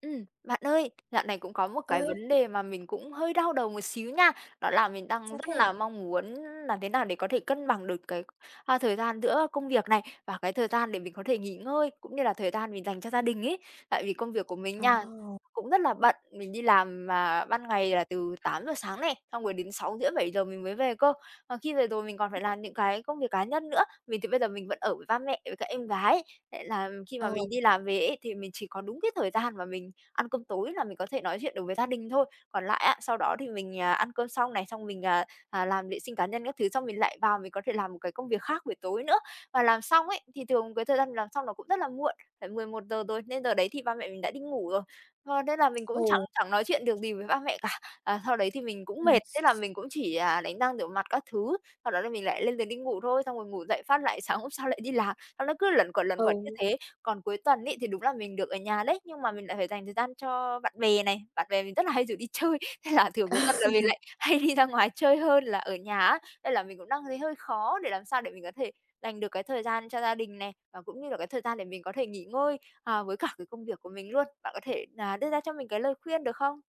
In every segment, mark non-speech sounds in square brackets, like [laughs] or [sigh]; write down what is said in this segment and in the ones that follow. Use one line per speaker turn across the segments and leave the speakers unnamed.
Bạn ơi, dạo này cũng có một cái
Ơi,
vấn đề mà mình cũng hơi đau đầu một xíu nha. Đó là mình đang
sao
rất
thế?
là mong muốn làm thế nào để có thể cân bằng được cái, thời gian giữa công việc này và cái thời gian để mình có thể nghỉ ngơi, cũng như là thời gian mình dành cho gia đình ấy. Tại vì công việc của mình
Ờ,
nha, cũng rất là bận, mình đi làm mà ban ngày là từ 8 giờ sáng này, xong rồi đến 6 rưỡi 7 giờ mình mới về cơ. Và khi về rồi mình còn phải làm những cái công việc cá nhân nữa, mình thì bây giờ mình vẫn ở với ba mẹ với các em gái, nên là khi mà
ờ,
mình đi làm về ấy thì mình chỉ có đúng cái thời gian mà mình ăn cơm tối là mình có thể nói chuyện được với gia đình thôi. Còn lại á, sau đó thì mình, ăn cơm xong này, xong mình, làm vệ sinh cá nhân các thứ, xong mình lại vào mình có thể làm một cái công việc khác buổi tối nữa. Và làm xong ấy, thì thường cái thời gian làm xong nó cũng rất là muộn, phải 11 giờ rồi, nên giờ đấy thì ba mẹ mình đã đi ngủ rồi. Ờ, nên là mình cũng chẳng
ừ,
chẳng nói chuyện được gì với ba mẹ cả. À, sau đấy thì mình cũng
ừm,
mệt, thế là mình cũng chỉ, đánh răng, rửa mặt các thứ, sau đó là mình lại lên giường đi ngủ thôi, xong rồi ngủ dậy phát lại sáng hôm sau lại đi làm, xong nó cứ luẩn quẩn như
ừ.
thế. Còn cuối tuần ấy thì đúng là mình được ở nhà đấy, nhưng mà mình lại phải dành thời gian cho bạn bè này, bạn bè mình rất là hay rủ đi [laughs] chơi, thế là thường cuối tuần là
[laughs]
mình lại hay đi ra ngoài chơi hơn là ở nhà á. Nên là mình cũng đang thấy hơi khó để làm sao để mình có thể dành được cái thời gian cho gia đình này, và cũng như là cái thời gian để mình có thể nghỉ ngơi, với cả cái công việc của mình luôn. Bạn có thể là đưa ra cho mình cái lời khuyên được không?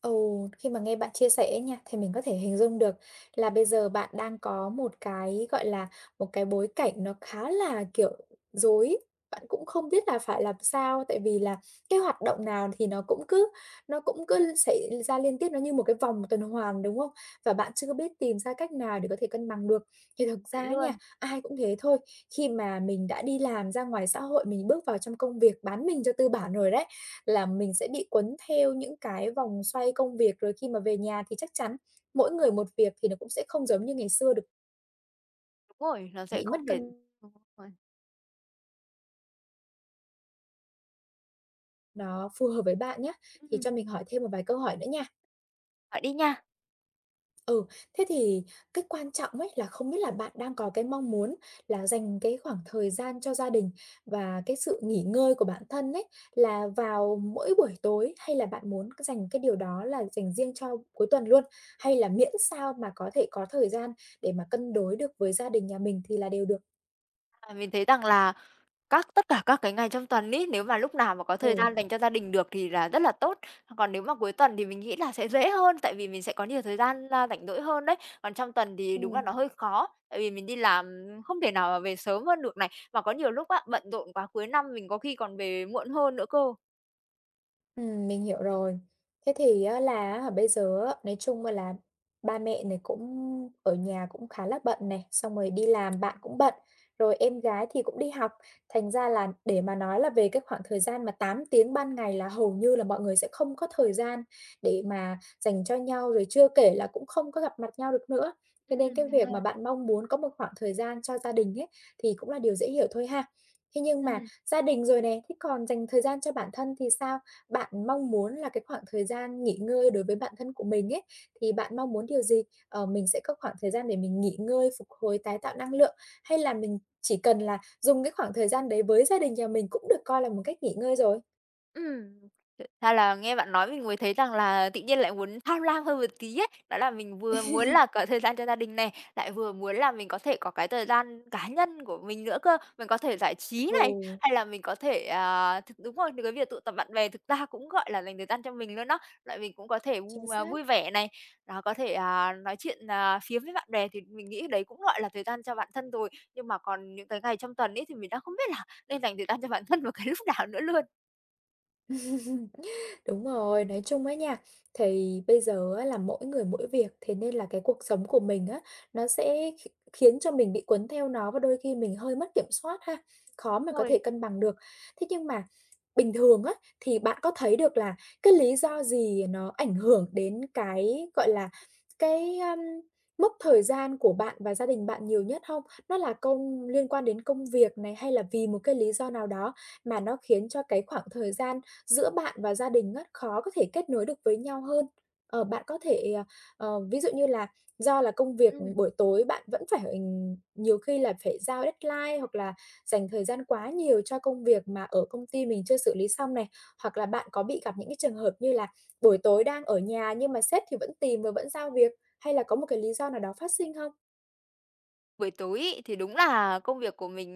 Ồ, khi mà nghe bạn chia sẻ nha, thì mình có thể hình dung được là bây giờ bạn đang có một cái, gọi là, một cái bối cảnh nó khá là, kiểu, rối. Bạn cũng không biết là phải làm sao, tại vì là cái hoạt động nào thì nó cũng cứ xảy ra liên tiếp, nó như một cái vòng tuần hoàn, đúng không? Và bạn chưa biết tìm ra cách nào để có thể cân bằng được. Thì thực ra nha,
Luôn,
ai cũng thế thôi, khi mà mình đã đi làm ra ngoài xã hội, mình bước vào trong công việc bán mình cho tư bản rồi đấy, là mình sẽ bị cuốn theo những cái vòng xoay công việc, rồi khi mà về nhà thì chắc chắn mỗi người một việc thì nó cũng sẽ không giống như ngày xưa được,
đúng rồi, nó sẽ
bị
không
mất
thể
cân.
đúng rồi,
Nó phù hợp với bạn nhé. Thì
ừm,
cho mình hỏi thêm một vài câu hỏi nữa nha.
bạn đi nha.
Ừ, thế thì cái quan trọng ấy là không biết là bạn đang có cái mong muốn là dành cái khoảng thời gian cho gia đình và cái sự nghỉ ngơi của bản thân ấy là vào mỗi buổi tối, hay là bạn muốn dành cái điều đó là dành riêng cho cuối tuần luôn? Hay là miễn sao mà có thể có thời gian để mà cân đối được với gia đình nhà mình thì là đều được?
À, mình thấy rằng là tất cả các cái ngày trong tuần ấy, nếu mà lúc nào mà có thời
Ừ,
gian dành cho gia đình được thì là rất là tốt. Còn nếu mà cuối tuần thì mình nghĩ là sẽ dễ hơn, tại vì mình sẽ có nhiều thời gian, rảnh rỗi hơn đấy. Còn trong tuần thì đúng là
ừ.
nó hơi khó, tại vì mình đi làm không thể nào mà về sớm hơn được này, mà có nhiều lúc á, bận rộn quá cuối năm mình có khi còn về muộn hơn nữa cơ.
Mình hiểu rồi. Thế thì á là á bây giờ á, nói chung á là ba mẹ này cũng ở nhà cũng khá là bận này, xong rồi đi làm bạn cũng bận, rồi em gái thì cũng đi học. Thành ra là để mà nói là về cái khoảng thời gian mà 8 tiếng ban ngày là hầu như là mọi người sẽ không có thời gian để mà dành cho nhau, rồi chưa kể là cũng không có gặp mặt nhau được nữa. Cho nên cái
Đúng
việc
rồi.
mà bạn mong muốn có một khoảng thời gian cho gia đình ấy, thì cũng là điều dễ hiểu thôi ha. Thế nhưng mà
Ừm.
gia đình rồi này, thế còn dành thời gian cho bản thân thì sao? Bạn mong muốn là cái khoảng thời gian nghỉ ngơi đối với bản thân của mình ấy, thì bạn mong muốn điều gì? Ờ, mình sẽ có khoảng thời gian để mình nghỉ ngơi, phục hồi, tái tạo năng lượng, hay là mình chỉ cần là dùng cái khoảng thời gian đấy với gia đình nhà mình cũng được coi là một cách nghỉ ngơi rồi?
Ừm, th ra là nghe bạn nói mình mới thấy rằng là tự nhiên lại muốn tham lam hơn một tí ấy. Đó là mình vừa muốn là có thời gian cho gia đình này, lại vừa muốn là mình có thể có cái thời gian cá nhân của mình nữa cơ. Mình có thể giải trí này,
Ừ,
hay là mình có thể, thực đúng rồi, cái việc tụ tập bạn bè thực ra cũng, gọi là, dành thời gian cho mình luôn đó. Lại mình cũng có thể
chính xác.
vui vẻ này, đó, có thể, nói chuyện, phiếm với bạn bè thì mình nghĩ đấy cũng gọi là thời gian cho bản thân rồi. Nhưng mà còn những cái ngày trong tuần ấy thì mình đang không biết là nên dành thời gian cho bản thân vào cái lúc nào nữa luôn.
[laughs] Đúng rồi, nói chung ấy nha, thì bây giờ á là mỗi người mỗi việc, thế nên là cái cuộc sống của mình á, nó sẽ khiến cho mình bị cuốn theo nó và đôi khi mình hơi mất kiểm soát ha,
Đúng
khó mà có
Rồi.
thể cân bằng được. Thế nhưng mà bình thường á, thì bạn có thấy được là cái lý do gì nó ảnh hưởng đến cái, gọi là, cái, mốc thời gian của bạn và gia đình bạn nhiều nhất không? Nó là liên quan đến công việc này, hay là vì một cái lý do nào đó mà nó khiến cho cái khoảng thời gian giữa bạn và gia đình á, khó có thể kết nối được với nhau hơn. Ờ, bạn có thể, ví dụ như là do là công việc
Ừm,
buổi tối bạn vẫn phải, nhiều khi là phải giao deadline hoặc là dành thời gian quá nhiều cho công việc mà ở công ty mình chưa xử lý xong này, hoặc là bạn có bị gặp những cái trường hợp như là buổi tối đang ở nhà nhưng mà sếp thì vẫn tìm và vẫn giao việc, hay là có một cái lý do nào đó phát sinh không?
buổi tối ấy, thì đúng là công việc của mình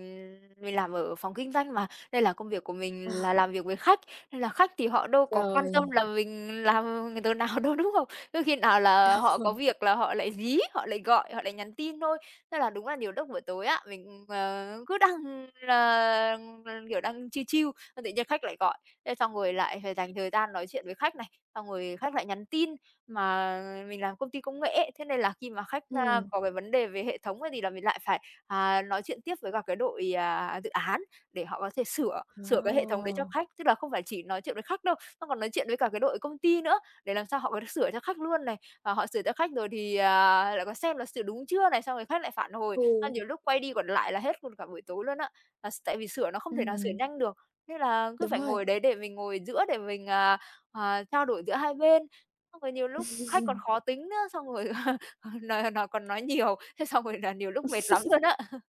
mình làm ở phòng kinh doanh mà, nên là công việc của mình là
Ờ.
làm việc với khách, nên là khách thì họ đâu có quan tâm
Trời,
là mình làm từ nào đâu, đúng không? Cứ khi nào là họ có
[laughs]
việc là họ lại dí, họ lại gọi, họ lại nhắn tin thôi. Nên là đúng là nhiều lúc buổi tối á, mình, cứ đang là, kiểu, đang chill chill, xong tự nhiên khách lại gọi, thế xong rồi lại phải dành thời gian nói chuyện với khách này, xong rồi khách lại nhắn tin, mà mình làm công ty công nghệ ấy, thế nên là khi mà khách,
Ừm.
có cái vấn đề về hệ thống hay gì là mình lại phải, nói chuyện tiếp với cả cái đội, dự án để họ có thể sửa sửa cái hệ thống đấy
Ờ,
cho khách. Tức là không phải chỉ nói chuyện với khách đâu, nó còn nói chuyện với cả cái đội công ty nữa để làm sao họ có thể sửa cho khách luôn này. Và họ sửa cho khách rồi thì, lại có xem là sửa đúng chưa này, xong rồi khách lại phản hồi,
ừ,
xong nhiều lúc quay đi còn lại là hết luôn cả buổi tối luôn á. Là tại vì sửa nó không thể nào sửa
ừm,
nhanh được, nên là cứ
đúng
phải
rồi.
ngồi đấy để mình ngồi giữa để mình, trao đổi giữa hai bên. Xong rồi nhiều lúc khách còn
[laughs]
khó tính nữa, xong rồi [laughs] nó nói còn nói nhiều, thế xong rồi là nhiều lúc mệt lắm luôn á, [laughs]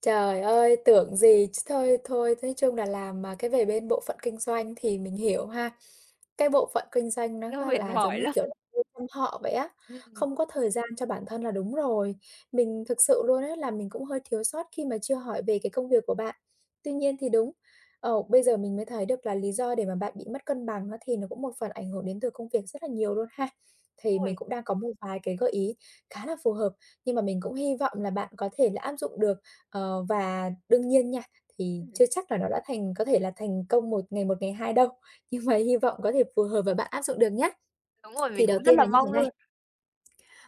Trời ơi, tưởng gì chứ thôi thôi, nói chung là làm mà cái về bên bộ phận kinh doanh thì mình hiểu ha. Cái bộ phận kinh doanh nó,
nó
gọi
mệt
là, giống
mỏi
như
lắm.
kiểu là,
[laughs]
nuôi con thỏ vậy á,
Ừm,
không có thời gian cho bản thân là đúng rồi. Mình thực sự luôn á là mình cũng hơi thiếu sót khi mà chưa hỏi về cái công việc của bạn. Tuy nhiên thì đúng, bây giờ mình mới thấy được là lý do để mà bạn bị mất cân bằng á thì nó cũng một phần ảnh hưởng đến từ công việc rất là nhiều luôn ha.
đúng
Thì
rồi,
mình cũng đang có một vài cái gợi ý khá là phù hợp, nhưng mà mình cũng hy vọng là bạn có thể là áp dụng được. Ờ, và đương nhiên nha, thì
ừm,
chưa chắc là nó đã có thể là thành công một, ngày hai đâu, nhưng mà hy vọng có thể phù hợp và bạn áp dụng được nhá.
đúng rồi,
Thì
mình
đầu
cũng rất
tiên
là
là như thế
mong
này.
luôn,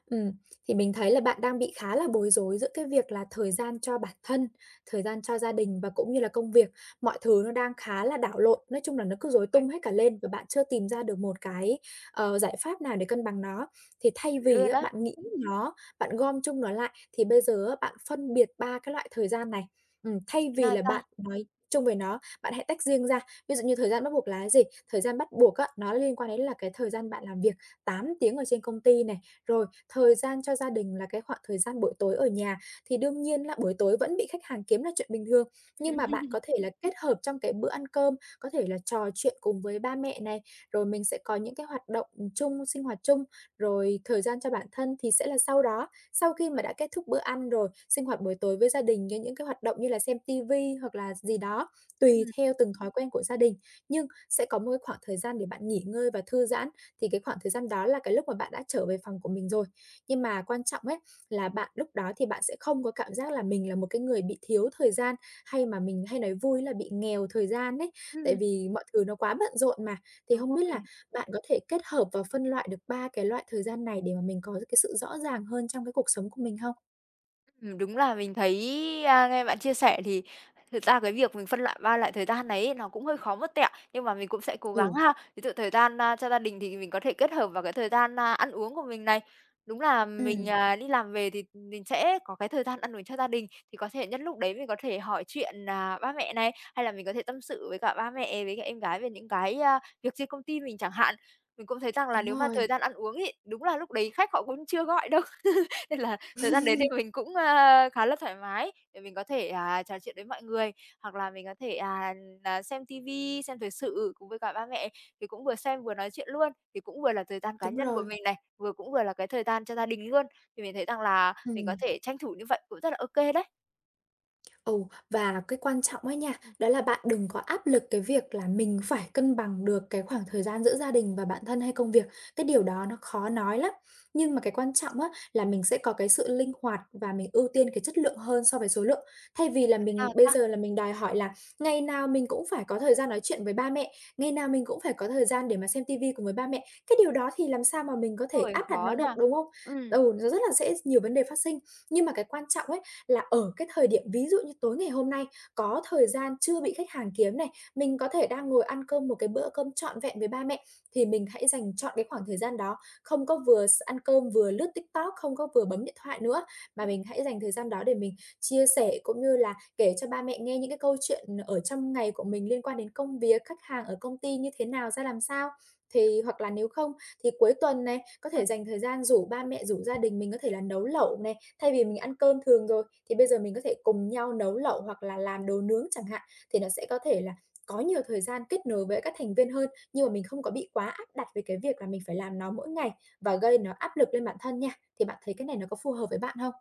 Ừm, thì mình thấy là bạn đang bị khá là bối rối giữa cái việc là thời gian cho bản thân, thời gian cho gia đình và cũng như là công việc. Mọi thứ nó đang khá là đảo lộn, nói chung là nó cứ rối tung hết cả lên và bạn chưa tìm ra được một cái, giải pháp nào để cân bằng nó. Thì thay vì
luôn
á,
á.
bạn nghĩ nó, bạn gom chung nó lại, thì bây giờ á, bạn phân biệt 3 cái loại thời gian này. Thay
Thế
vì
nào
là
ta?
bạn nói chung về nó, bạn hãy tách riêng ra. Ví dụ như thời gian bắt buộc là cái gì? Thời gian bắt buộc á, nó liên quan đến là cái thời gian bạn làm việc 8 tiếng ở trên công ty này, rồi thời gian cho gia đình là cái khoảng thời gian buổi tối ở nhà, thì đương nhiên là buổi tối vẫn bị khách hàng kiếm là chuyện bình thường. Nhưng mà bạn có thể
[laughs]
là kết hợp trong cái bữa ăn cơm, có thể là trò chuyện cùng với ba mẹ này, rồi mình sẽ có những cái hoạt động, chung, sinh hoạt chung, rồi thời gian cho bản thân thì sẽ là sau đó. Sau khi mà đã kết thúc bữa ăn rồi, sinh hoạt buổi tối với gia đình với những cái hoạt động như là xem ti vi hoặc là gì đó, tùy
Ừm,
theo từng thói quen của gia đình, nhưng sẽ có một cái khoảng thời gian để bạn nghỉ ngơi và thư giãn. Thì cái khoảng thời gian đó là cái lúc mà bạn đã trở về phòng của mình rồi. Nhưng mà quan trọng ấy là bạn lúc đó thì bạn sẽ không có cảm giác là mình là một cái người bị thiếu thời gian, hay mà mình hay nói vui là bị nghèo thời gian ấy, tại
ừm,
vì mọi thứ nó quá bận rộn mà. Thì
đúng
không biết là
rồi.
bạn có thể kết hợp và phân loại được 3 cái loại thời gian này để mà mình có cái sự rõ ràng hơn trong cái cuộc sống của mình không?
Đúng là mình thấy, nghe bạn chia sẻ thì thực ra cái việc mình phân loại ba lại thời gian đấy ấy nó cũng hơi khó một tẹo, nhưng mà mình cũng sẽ cố gắng
Ừ,
ha. Ví dụ thời gian, cho gia đình thì mình có thể kết hợp vào cái thời gian, ăn uống của mình này. Đúng là mình,
ừm,
đi làm về thì mình sẽ có cái thời gian ăn uống cho gia đình, thì có thể nhân lúc đấy mình có thể hỏi chuyện, ba mẹ này, hay là mình có thể tâm sự với cả ba mẹ, với cả em gái về những cái, việc trên công ty mình chẳng hạn. Mình cũng thấy rằng là
đúng
nếu mà
rồi.
thời gian ăn uống ấy, đúng là lúc đấy khách họ cũng chưa gọi đâu. Nên là thời gian đến thì
[laughs]
mình cũng, khá là thoải mái để mình có thể, trò chuyện với mọi người, hoặc là mình có thể, à, xem ti xem thời sự cùng với cả ba mẹ, thì cũng vừa xem vừa nói chuyện luôn. Thì cũng vừa là thời gian cá
Đúng
nhân của
rồi,
mình này, vừa cũng vừa là cái thời gian cho gia đình luôn, thì mình thấy rằng là mình có
ừm.
thể tranh thủ như vậy cũng rất là ok đấy.
Ồ, và cái quan trọng ấy nha,
Ừm.
đó là bạn đừng có áp lực cái việc là mình phải cân bằng được cái khoảng thời gian giữa gia đình và bản thân hay công việc. Cái điều đó nó khó nói lắm. Nhưng mà cái quan trọng á, là mình sẽ có cái sự linh hoạt và mình ưu tiên cái chất lượng hơn so với số lượng. Thay vì là
Thế
mình
nào
bây
ta?
giờ là mình đòi hỏi là ngày nào mình cũng phải có thời gian nói chuyện với ba mẹ, ngày nào mình cũng phải có thời gian để mà xem tivi cùng với ba mẹ. Cái điều đó thì làm sao mà mình có thể
Ôi,
áp đặt
khó
nó
nhỉ?
được, đúng không? Ừ, nó rất là sẽ nhiều vấn đề phát sinh. Nhưng mà cái quan trọng ấy là ở cái thời điểm ví dụ như tối ngày hôm nay có thời gian chưa bị khách hàng kiếm này, mình có thể đang ngồi ăn cơm một cái bữa cơm trọn vẹn với ba mẹ, thì mình hãy dành chọn cái khoảng thời gian đó, không có vừa ăn cơm vừa lướt TikTok, không có vừa bấm điện thoại nữa,
Ừ.
mà mình hãy dành thời gian đó để mình chia sẻ cũng như là kể cho ba mẹ nghe những cái câu chuyện ở trong ngày của mình liên quan đến công việc, khách hàng ở công ty như thế nào, ra làm sao. Thì hoặc là nếu không thì cuối tuần này, có thể dành thời gian rủ ba mẹ, rủ gia đình mình có thể là nấu lẩu này, thay vì mình ăn cơm thường rồi, thì bây giờ mình có thể cùng nhau nấu lẩu hoặc là làm đồ nướng chẳng hạn, thì nó sẽ có thể là có nhiều thời gian kết nối với các thành viên hơn, nhưng mà mình không có bị quá áp đặt về cái việc là mình phải làm nó mỗi ngày và gây nó áp lực lên bản thân nha. Thì bạn thấy cái này nó có phù hợp với bạn không?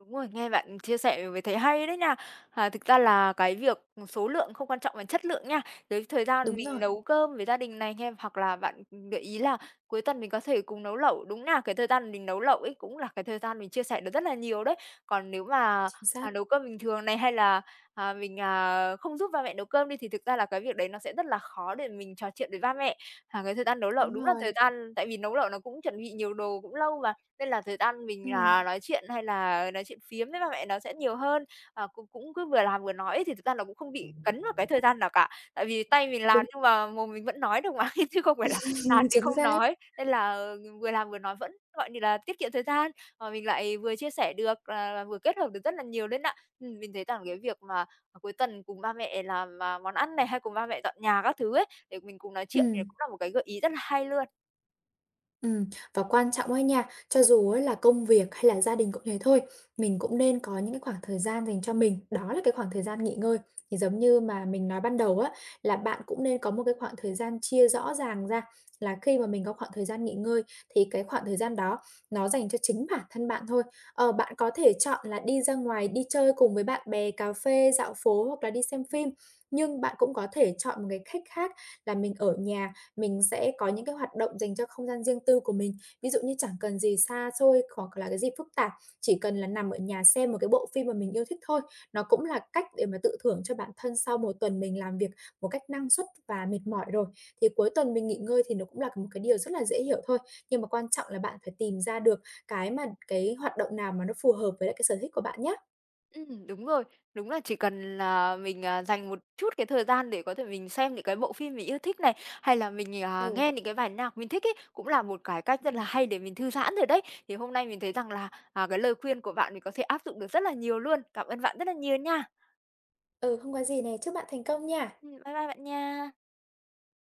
Đúng rồi, nghe bạn chia sẻ mới thấy hay đấy nha. À, thực ra là cái việc số lượng không quan trọng bằng chất lượng nha. Tới thời gian
Đúng
mình
rồi,
nấu cơm với gia đình này nghe, hoặc là bạn gợi ý là cuối tuần mình có thể cùng nấu lẩu. Đúng là cái thời gian mình nấu lẩu ấy cũng là cái thời gian mình chia sẻ được rất là nhiều đấy. Còn nếu mà
chính xác,
nấu cơm bình thường này hay là mình không giúp ba mẹ nấu cơm đi thì thực ra là cái việc đấy nó sẽ rất là khó để mình trò chuyện với ba mẹ. À, cái thời gian nấu lẩu
đúng
đúng là thời
rồi.
gian tại vì nấu lẩu nó cũng chuẩn bị nhiều đồ cũng lâu mà nên là thời gian mình
Ừm,
là nói chuyện hay là nói chuyện phiếm với ba mẹ nó sẽ nhiều hơn, cũng cũng cứ vừa làm vừa nói ấy thì thực ra nó cũng không bị cấn vào cái thời gian nào cả. Tại vì tay mình
đúng,
làm nhưng mà mồm mình vẫn nói được mà, [laughs] chứ không phải là làm
[laughs]
thì
chính
không
xác,
nói. Nên là vừa làm vừa nói vẫn, gọi như là, tiết kiệm thời gian, mà mình lại vừa chia sẻ được, là vừa kết hợp được rất là nhiều lên ạ. Mình thấy rằng cái việc mà cuối tuần cùng ba mẹ làm, món ăn này, hay cùng ba mẹ dọn nhà các thứ ấy, để mình cùng nói chuyện thì
ừm.
cũng là một cái gợi ý rất là hay luôn.
Ừm, và quan trọng ấy nha, cho dù á là công việc hay là gia đình cũng thế thôi, mình cũng nên có những cái khoảng thời gian dành cho mình, đó là cái khoảng thời gian nghỉ ngơi. Thì giống như mà mình nói ban đầu á, là bạn cũng nên có một cái khoảng thời gian chia rõ ràng ra là khi mà mình có khoảng thời gian nghỉ ngơi thì cái khoảng thời gian đó nó dành cho chính bản thân bạn thôi. Ờ, bạn có thể chọn là đi ra ngoài đi chơi cùng với bạn bè, cà phê, dạo phố hoặc là đi xem phim, nhưng bạn cũng có thể chọn một cái cách khác là mình ở nhà, mình sẽ có những cái hoạt động dành cho không gian riêng tư của mình, ví dụ như chẳng cần gì xa xôi hoặc là cái gì phức tạp, chỉ cần là nằm ở nhà xem một cái bộ phim mà mình yêu thích thôi. Nó cũng là cách để mà tự thưởng cho bản thân sau một tuần mình làm việc một cách năng suất và mệt mỏi rồi. Thì cuối tuần mình nghỉ ngơi thì nó cũng là một cái điều rất là dễ hiểu thôi, nhưng mà quan trọng là bạn phải tìm ra được cái mà cái hoạt động nào mà nó phù hợp với lại cái sở thích của bạn nhé.
Đúng rồi. Đúng là chỉ cần là mình, dành một chút cái thời gian để có thể mình xem những cái bộ phim mình yêu thích này, hay là mình,
Ừ.
nghe những cái bài nhạc mình thích ấy, cũng là một cái cách rất là
Ừm.
hay để mình thư giãn rồi đấy. Thì hôm nay mình thấy rằng là, cái lời khuyên của bạn mình có thể áp dụng được rất là nhiều luôn. Cảm ơn bạn rất là nhiều nha.
Ừ, không có gì này, chúc bạn thành công nha.
Bye bye bạn nha.